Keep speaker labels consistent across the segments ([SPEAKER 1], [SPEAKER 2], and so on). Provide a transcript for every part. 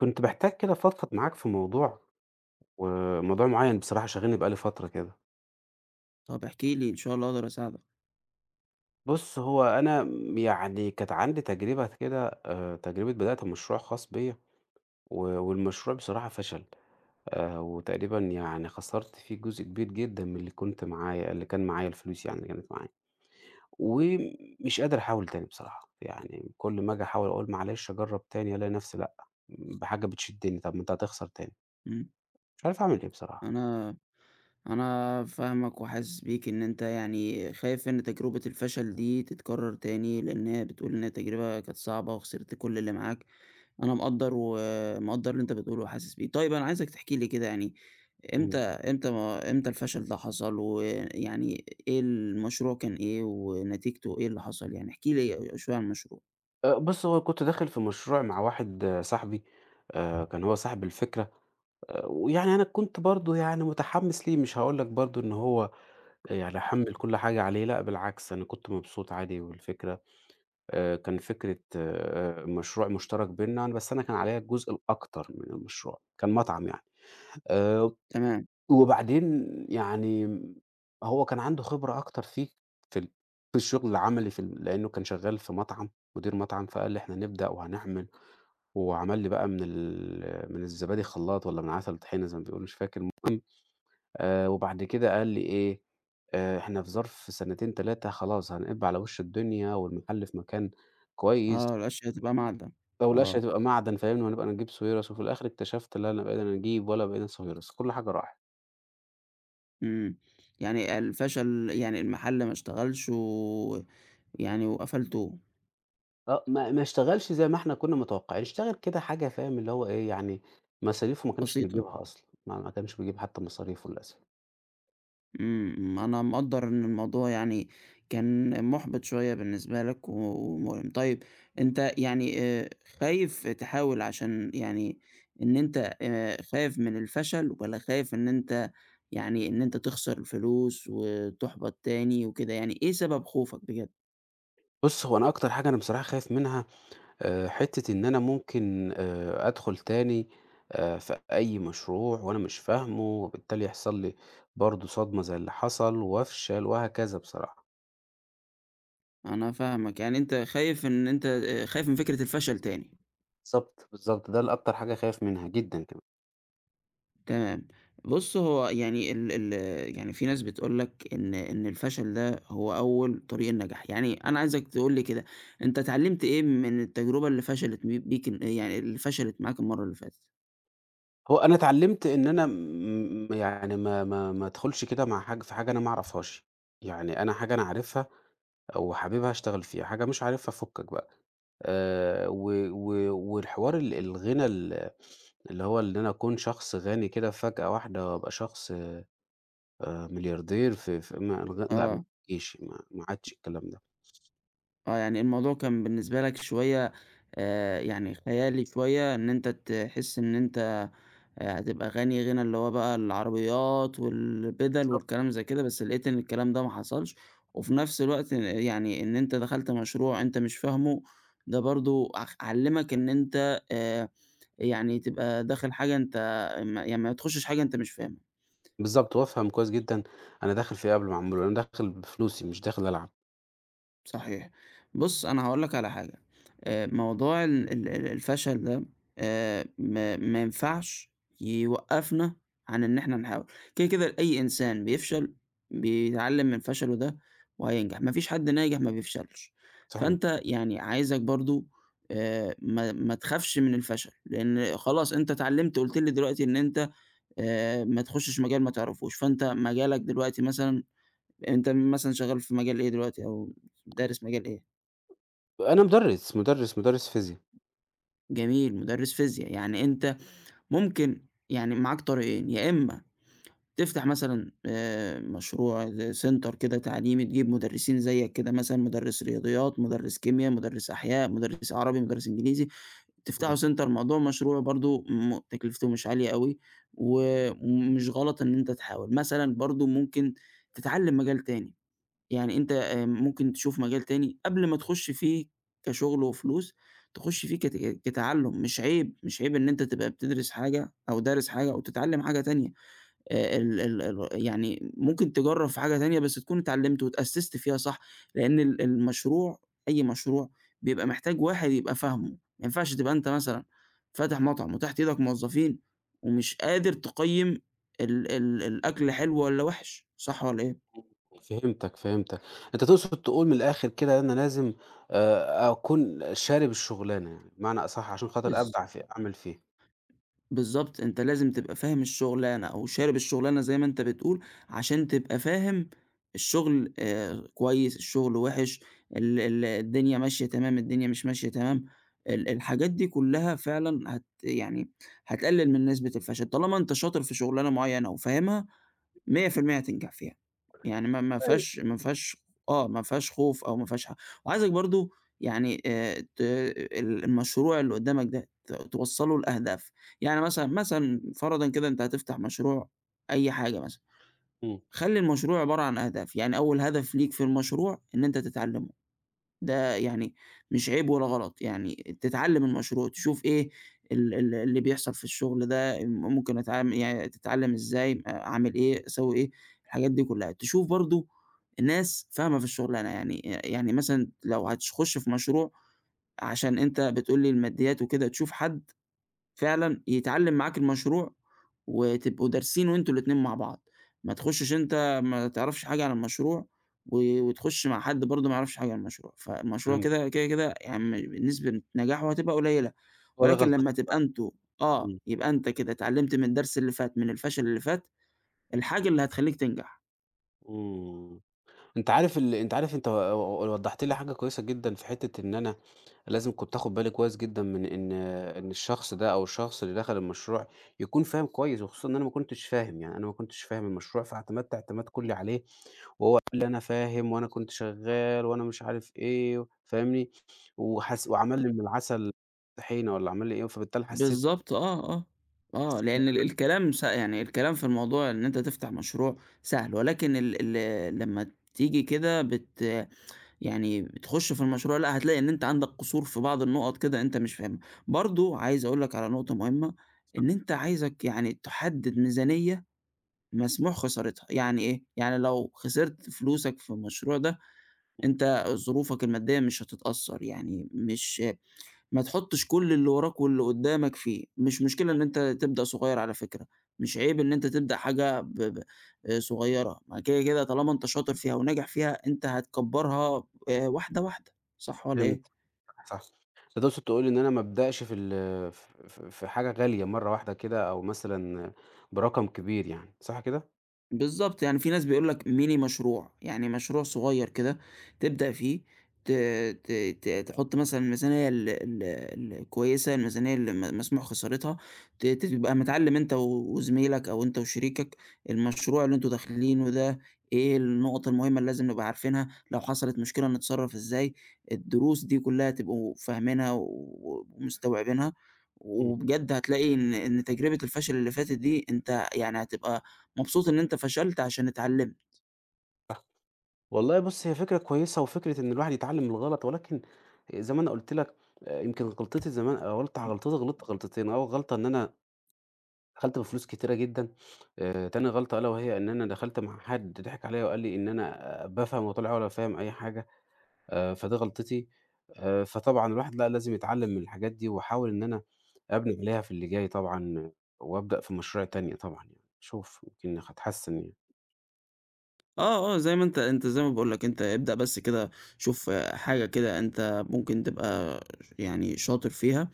[SPEAKER 1] كنت باحتاج كده أفضفض معاك في موضوع، وموضوع معيّن بصراحة شاغلني بقى لي فترة كده.
[SPEAKER 2] طب احكِ لي، إن شاء الله أقدر أساعدك.
[SPEAKER 1] بُص، هو أنا يعني كانت عندي تجربة كده، تجربة بدأت مشروع خاص بيّا. و والمشروع بصراحة فشل. وتقريبًا يعني خسرت فيه جزء كبير جدًا من اللي كان معايا الفلوس يعني اللي كانت معايا، ومش قادر أحاول تاني بصراحة، يعني كل ما آجي أحاول أقول معلش أجرّب تاني ألاقي نفسي لأ، بحاجة بتشدني طب ما أنت هتخسر تاني،
[SPEAKER 2] إمم،
[SPEAKER 1] مش عارف أعمل إيه بصراحة.
[SPEAKER 2] أنا أنا فاهمك وحاسس بيك إن أنت يعني خايف إن تجربة الفشل دي تتكرر تاني، لإن هي بتقول إن هي تجربة كانت صعبة وخسرت كل اللي معاك، أنا مقدّر ومقدّر اللي أنت بتقوله وحاسس بيه. طيب أنا عايزك تحكي لي كده يعني إمتى
[SPEAKER 1] إمم.
[SPEAKER 2] إمتى ما إمتى الفشل ده حصل، ويعني إيه المشروع كان إيه، ونتيجته إيه اللي حصل؟ يعني احكِ لي شوية عن المشروع.
[SPEAKER 1] بُص، هو كنت داخل في مشروع مع واحد صاحبي. كان هو صاحب الفكرة. ويعني أنا كنت برضه يعني متحمّس ليه، مش هاقول لك برضه إن هو يعني أحمّل كل حاجة عليه، لأ بالعكس أنا كنت مبسوط عادي، والفكرة كان فكرة مشروع مشترك بيننا، أنا بس أنا كان عليّا الجزء الأكتر من المشروع، كان مطعم يعني. آآ
[SPEAKER 2] تمام،
[SPEAKER 1] وبعدين يعني هو كان عنده خبرة أكتر فيه في ال في الشغل العملي، في ال لإنه كان شغال في مطعم، مدير مطعم، فقال لي: "إحنا هنبدأ وهنعمل." وعمل لي بقى من الزبادي خلّاط والّا من عسل طحينة زي ما بيقولوا مش فاكر، المهم وبعد كده قال لي إيه. إحنا في ظرف سنتين 3 خلاص هنبقى على وش الدنيا، والمحل في مكان كويس،
[SPEAKER 2] آه، الأشياء تبقى معدّة،
[SPEAKER 1] والقش
[SPEAKER 2] آه.
[SPEAKER 1] هتبقى معدن فاهمني، وهنبقى نجيب سويرس، وفي الآخر اكتشفت لا انا بقينا نجيب ولا بقينا سويرس، كل حاجة راحت.
[SPEAKER 2] إمم، يعني الفشل يعني المحل ما اشتغلش و يعني وقفلتوه،
[SPEAKER 1] آه، ما اشتغلش زي ما إحنا كنا متوقعين، اشتغل كده حاجة فاهم اللي هو إيه، يعني مصاريفه ما كانش
[SPEAKER 2] بسيطة،
[SPEAKER 1] بيجيبها أصلًا، ما كانش بيجيب حتى مصاريفه للأسف.
[SPEAKER 2] إمم، أنا مقدّر إن الموضوع يعني كان مُحبِط شوية بالنسبة لك و ومؤلم، طيب أنت يعني خايف تحاول عشان يعني إن أنت خايف من الفشل والّا خايف إن أنت يعني إن أنت تخسر الفلوس وتُحبَط تاني وكده، يعني إيه سبب خوفك بجد؟
[SPEAKER 1] بُص، هو أنا أكتر حاجة أنا بصراحة خايف منها حتّة إن أنا ممكن أدخل تاني في أي مشروع وأنا مش فاهمه، وبالتالي يحصل لي برضه صدمة زي اللي حصل وأفشل وهكذا بصراحة.
[SPEAKER 2] أنا فاهمك، يعني أنت خايف إن أنت خايف من فكرة الفشل تاني.
[SPEAKER 1] بالضبط، بالضبط، ده اللي أكتر حاجة خايف منها جدًا كمان.
[SPEAKER 2] تمام. بُص، هو يعني ال ال يعني في ناس بتقول لك إن الفشل ده هو أول طريق النجاح، يعني أنا عايزك تقول لي كده، أنت اتعلّمت إيه من التجربة اللي فشلت م بيك ال يعني اللي فشلت معاك المَرّة اللي فاتت؟
[SPEAKER 1] هو أنا اتعلمت إن أنا يعني ما أدخلش كده مع حاجة في حاجة أنا ما أعرفهاش، يعني أنا حاجة أنا عارفها أو حاببها أشتغل فيها، حاجة مش عارفها فُكّك بقى. آآ و و والحوار الغِنى، اللي هو إن أنا أكون شخص غني كده فجأة واحدة وأبقى شخص ملياردير، في ما الغ لأ ما
[SPEAKER 2] آه.
[SPEAKER 1] تجيش، ما عادش الكلام ده.
[SPEAKER 2] آه، يعني الموضوع كان بالنسبة لك شوية يعني خيالي شوية إن أنت تحس إن أنت هتبقى غني غنى اللي هو بقى العربيات والبِدَل
[SPEAKER 1] بالضبط،
[SPEAKER 2] والكلام زي كده، بس لقيت إن الكلام ده ما حصلش، وفي نفس الوقت يعني إن أنت دخلت مشروع أنت مش فاهمه، ده برضه علّمك إن أنت يعني تبقى داخل حاجة أنت ما يعني ما تخشش حاجة أنت مش فاهمها.
[SPEAKER 1] بالضبط، وأفهم كويس جدًا أنا داخل في إيه قبل ما أعمله، أنا داخل بفلوسي مش داخل ألعب.
[SPEAKER 2] صحيح. بُص، أنا هاقول لك على حاجة، موضوع ال ال ال الفشل ده ما ينفعش يوقّفنا عن إن إحنا نحاول. كده، كده أي إنسان بيفشل بيتعلّم من فشله ده وهينجح، ما فيش حد ناجح ما بيفشلش.
[SPEAKER 1] صحيح.
[SPEAKER 2] فأنت يعني عايزك برضه ما تخافش من الفشل، لإن خلاص أنت اتعلّمت، قُلت لي دلوقتي إن أنت ما تخشّش مجال ما تعرفوش، فأنت مجالك دلوقتي مثلًا أنت مثلًا شغال في مجال إيه دلوقتي أو دارس مجال إيه؟
[SPEAKER 1] أنا مُدرِّس فيزيا.
[SPEAKER 2] جميل، مُدرّس فيزياء، يعني أنت ممكن يعني معاك طريقين، يا إمّا تفتح مثلًا مشروع ل center كده تعليمي تجيب مُدرّسين زيّك كده مثلًا مُدرّس رياضيات، مُدرّس كيميا، مُدرّس أحياء، مُدرّس عربي، مُدرّس إنجليزي، تفتحوا
[SPEAKER 1] إمم.
[SPEAKER 2] center الموضوع مشروع برضه م تكلفته مش عالية أوي و ومش غلط إن أنت تحاول، مثلًا برضه ممكن تتعلّم مجال تاني. يعني أنت ممكن تشوف مجال تاني قبل ما تخُش فيه كشغل وفلوس، تخُش فيه كتعلُّم، مش عيب، مش عيب إن أنت تبقى بتدرس حاجة أو دارس حاجة وتتعلِّم حاجة تانية، ال ال ال يعني ممكن تجرّب في حاجة تانية بس تكون اتعلِّمت واتأسِّست فيها صح، لإن المشروع أي مشروع بيبقى محتاج واحد يبقى فاهمه، ما ينفعش تبقى أنت مثلًا فاتح مطعم وتحت إيدك موظّفين ومش قادر تقيِّم ال ال الأكل حلو والّا وِحِش، صح والّا إيه؟
[SPEAKER 1] فهمتك، فهمتك. أنت تقصد تقول من الآخر كده أنا لازم أكون شارب الشُغلانة يعني، بمعنى أصح عشان خاطر
[SPEAKER 2] بالض
[SPEAKER 1] أبدع في أعمل فيها.
[SPEAKER 2] بالضبط، أنت لازم تبقى فاهم الشغلانة أو شارب الشغلانة زي ما أنت بتقول، عشان تبقى فاهم الشغل كويس، الشغل وِحِش، ال ال الدنيا ماشية تمام، الدنيا مش ماشية تمام، الحاجات دي كلّها فعلًا يعني هتقلل من نسبة الفشل، طالما أنت شاطر في شغلانة معيّنة وفاهمها 100% هتنجح فيها، يعني ما ما
[SPEAKER 1] أيوه.
[SPEAKER 2] فيهاش ما فيهاش آه، ما فيهاش خوف أو ما فيهاش وعايزك برضه يعني ت ال المشروع اللي قدّامك ده توصّله لأهداف، يعني مثلًا فرضًا كده أنت هتفتح مشروع أي حاجة مثلًا،
[SPEAKER 1] إمم.
[SPEAKER 2] خلّي المشروع عبارة عن أهداف، يعني أول هدف ليك في المشروع إن أنت تتعلّم ده يعني مش عيب ولا غلط، يعني تتعلّم المشروع، تشوف إيه ال ال اللي بيحصل في الشغل ده، ممكن يعني تتعلّم إزاي، أعمل إيه، أسوي إيه، الحاجات دي كلّها. تشوف برضه ناس فاهمة في الشغلانة، يعني مثلًا لو هتخُش في مشروع عشان أنت بتقول لي الماديات وكده، تشوف حد فعلًا يتعلّم معاك المشروع، وتبقوا دارسين وأنتم الاتنين مع بعض، ما تخشش أنت ما تعرفش حاجة عن المشروع، وتخش مع حد برضه ما يعرفش حاجة عن المشروع، فالمشروع
[SPEAKER 1] فهمت.
[SPEAKER 2] كده يعني نسبة نجاحه هتبقى قليلة،
[SPEAKER 1] هو ده
[SPEAKER 2] ولكن لمّا
[SPEAKER 1] غلطتي
[SPEAKER 2] تبقى
[SPEAKER 1] فعلًا.
[SPEAKER 2] أنتم آه،
[SPEAKER 1] إمم.
[SPEAKER 2] يبقى أنت كده اتعلّمت من الدرس اللي فات، من الفشل اللي فات، الحاجة اللي هتخلّيك تنجح.
[SPEAKER 1] إمم. أنت عارف، أنت و وضّحت لي حاجة كويسة جدًا في حتّة إن أنا لازم كنت آخُد بالي كويس جدًا من إن الشخص ده أو الشخص اللي دخل المشروع يكون فاهم كويس، وخصوصًا إن أنا ما كنتش فاهم، يعني أنا ما كنتش فاهم المشروع، فاعتمدت اعتماد كلّي عليه وهو قال لي: "أنا فاهم وأنا كنت شغّال وأنا مش عارف إيه." فاهمني؟ وحس وعمل لي من العسل طحينة والّا عمل لي إيه، فبالتالي حسّيت
[SPEAKER 2] بالضبط آه،
[SPEAKER 1] حسّيت إن
[SPEAKER 2] لإن
[SPEAKER 1] أنا
[SPEAKER 2] الكلام يعني الكلام في الموضوع إن أنت تفتح مشروع سهل، ولكن ال ال لمّا تيجي كده يعني بتخش في المشروع لأ، هتلاقي إن أنت عندك قصور في بعض النقط كده أنت مش فاهمها. برضه عايز أقول لك على نقطة مهمة، إن أنت عايزك يعني تحدد ميزانية مسموح خسارتها، يعني إيه؟ يعني لو خسرت فلوسك في المشروع ده، أنت ظروفك المادية مش هتتأثّر، يعني مش ما تحطّش كل اللي وراك واللي قدّامك فيه، مش مشكلة إن أنت تبدأ صغيّر على فكرة، مش عيب إن أنت تبدأ حاجة ب ب صغيّرة، ما كده، كده طالما أنت شاطر فيها وناجح فيها أنت هتكبّرها واحدة، واحدة، صح والّا
[SPEAKER 1] فهمت.
[SPEAKER 2] إيه؟
[SPEAKER 1] صح. أنت تقصد تقول لي إن أنا ما أبدأش في حاجة غالية مرّة واحدة كده أو مثلًا برقم كبير يعني، صح كده؟
[SPEAKER 2] بالضبط، يعني في ناس بيقول لك mini مشروع، يعني مشروع صغير كده تبدأ فيه ت ت ت تحُط مثلًا الميزانية ال ال الكويسة، الميزانية اللي مسموح خسارتها، ت تبقى متعلّم أنت و- وزميلك أو أنت وشريكك المشروع اللي أنتم داخلينه ده إيه النُقط المهمة اللي لازم نبقى عارفينها، لو حصلت مشكلة نتصرّف إزاي، الدروس دي كلّها تبقوا فاهمينها ومستوعبينها،
[SPEAKER 1] إمم،
[SPEAKER 2] وبجد هتلاقي إن تجربة الفشل اللي فاتت دي أنت يعني هتبقى مبسوط إن أنت فشلت عشان اتعلمت.
[SPEAKER 1] صح. والله بُص، هي فكرة كويسة وفكرة إن الواحد يتعلّم من الغلط، ولكن زي ما أنا قُلت لك يمكن غلطتي زمان، آه، غلطة غلطتي غلطت غلطتين، أول غلطة إن أنا دخلت بفلوس كتيرة جدًا. تاني غلطة ألا وهي إن أنا دخلت مع حد ضحك عليّا وقال لي إن أنا بافهم، وطلع هو لا فاهم أي حاجة. فدي غلطتي. فطبعًا الواحد لأ، لازم يتعلّم من الحاجات دي، واحاول إن أنا أبني عليها في اللي جاي طبعًا، وأبدأ في مشاريع تانية طبعًا يعني، أشوف يمكن هاتحسّن يعني.
[SPEAKER 2] زي ما أنت زي ما باقول لك أنت ابدأ بس كده شوف آه، حاجة كده أنت ممكن تبقى يعني شاطر فيها،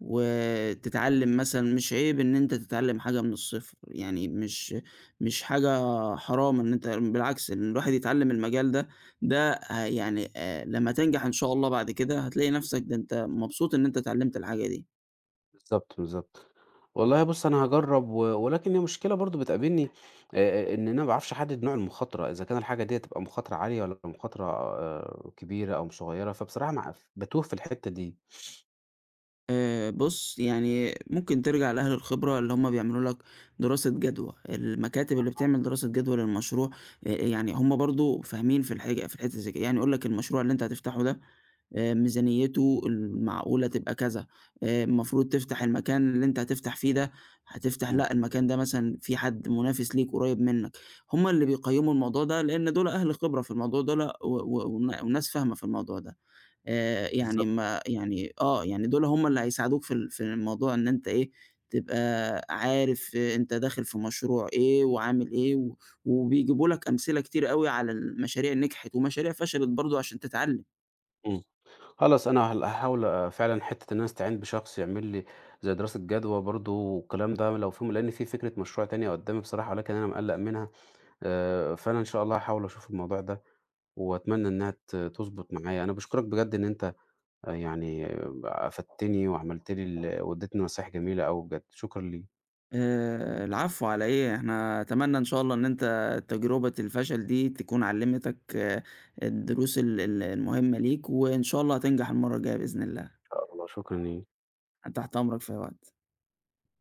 [SPEAKER 2] وتتعلم مثلًا مش عيب إن أنت تتعلم حاجة من الصفر، يعني مش حاجة حرام إن أنت بالعكس إن الواحد يتعلم المجال ده، ده ه يعني لمّا تنجح إن شاء الله بعد كده هتلاقي نفسك ده أنت مبسوط إن أنت اتعلمت الحاجة دي.
[SPEAKER 1] بالضبط، بالضبط. والله بُص، أنا هاجرّب، ولكن هي مشكلة برضه بتقابلني آآ إن أنا ما باعرفش أحدّد نوع المخاطرة، إذا كان الحاجة ديّة تبقى مخاطرة عالية والّا مخاطرة كبيرة أو صغيّرة، فبصراحة ما أعرف باتوه في الحتّة دي.
[SPEAKER 2] بُص، يعني ممكن ترجع لأهل الخبرة اللي هم بيعملوا لك دراسة جدوى، المكاتب اللي بتعمل دراسة جدوى للمشروع يعني هم برضه فاهمين في الحاجة في الحتّة زي كده، يعني يقول لك المشروع اللي أنت هتفتحه ده ميزانيته المعقولة تبقى كذا، المفروض تفتح المكان اللي أنت هتفتح فيه ده، هتفتح
[SPEAKER 1] إمم،
[SPEAKER 2] لأ المكان ده مثلًا في حد منافس ليك قريب منك، هم اللي بيقيّموا الموضوع ده لإن دول أهل خبرة في الموضوع دول و وناس فاهمة في الموضوع ده. يعني
[SPEAKER 1] بالضبط،
[SPEAKER 2] ما يعني آه، يعني دول هم اللي هيساعدوك في في الموضوع إن أنت إيه، تبقى عارف آه، أنت داخل في مشروع إيه وعامل إيه وبيجيبوا لك أمثلة كتير أوي على المشاريع اللي نجحت ومشاريع فشلت برضه عشان تتعلّم.
[SPEAKER 1] إمم. خلاص أنا هاحاول فعلًا حتّة إن أنا أستعين بشخص يعمل لي زي دراسة جدوى برضه، والكلام ده لو في، لإن في فكرة مشروع تانية قدّامي بصراحة ولكن أنا مقلّق منها. فأنا إن شاء الله هاحاول أشوف الموضوع ده وأتمنى إنها تضبط معايا. أنا باشكرك بجد إن أنت يعني أفدتني وعملت لي وادّيتني نصايح جميلة أوي بجد، شكرًا ليك.
[SPEAKER 2] العفو على إيه، إحنا أتمنى إن شاء الله إن أنت تجربة الفشل دي تكون علّمتك آه، الدروس ال ال المهمة ليك وإن شاء الله هتنجح المرّة الجاية بإذن الله.
[SPEAKER 1] إن شاء الله. شكرًا ليك.
[SPEAKER 2] أنا تحت أمرك في أي وقت.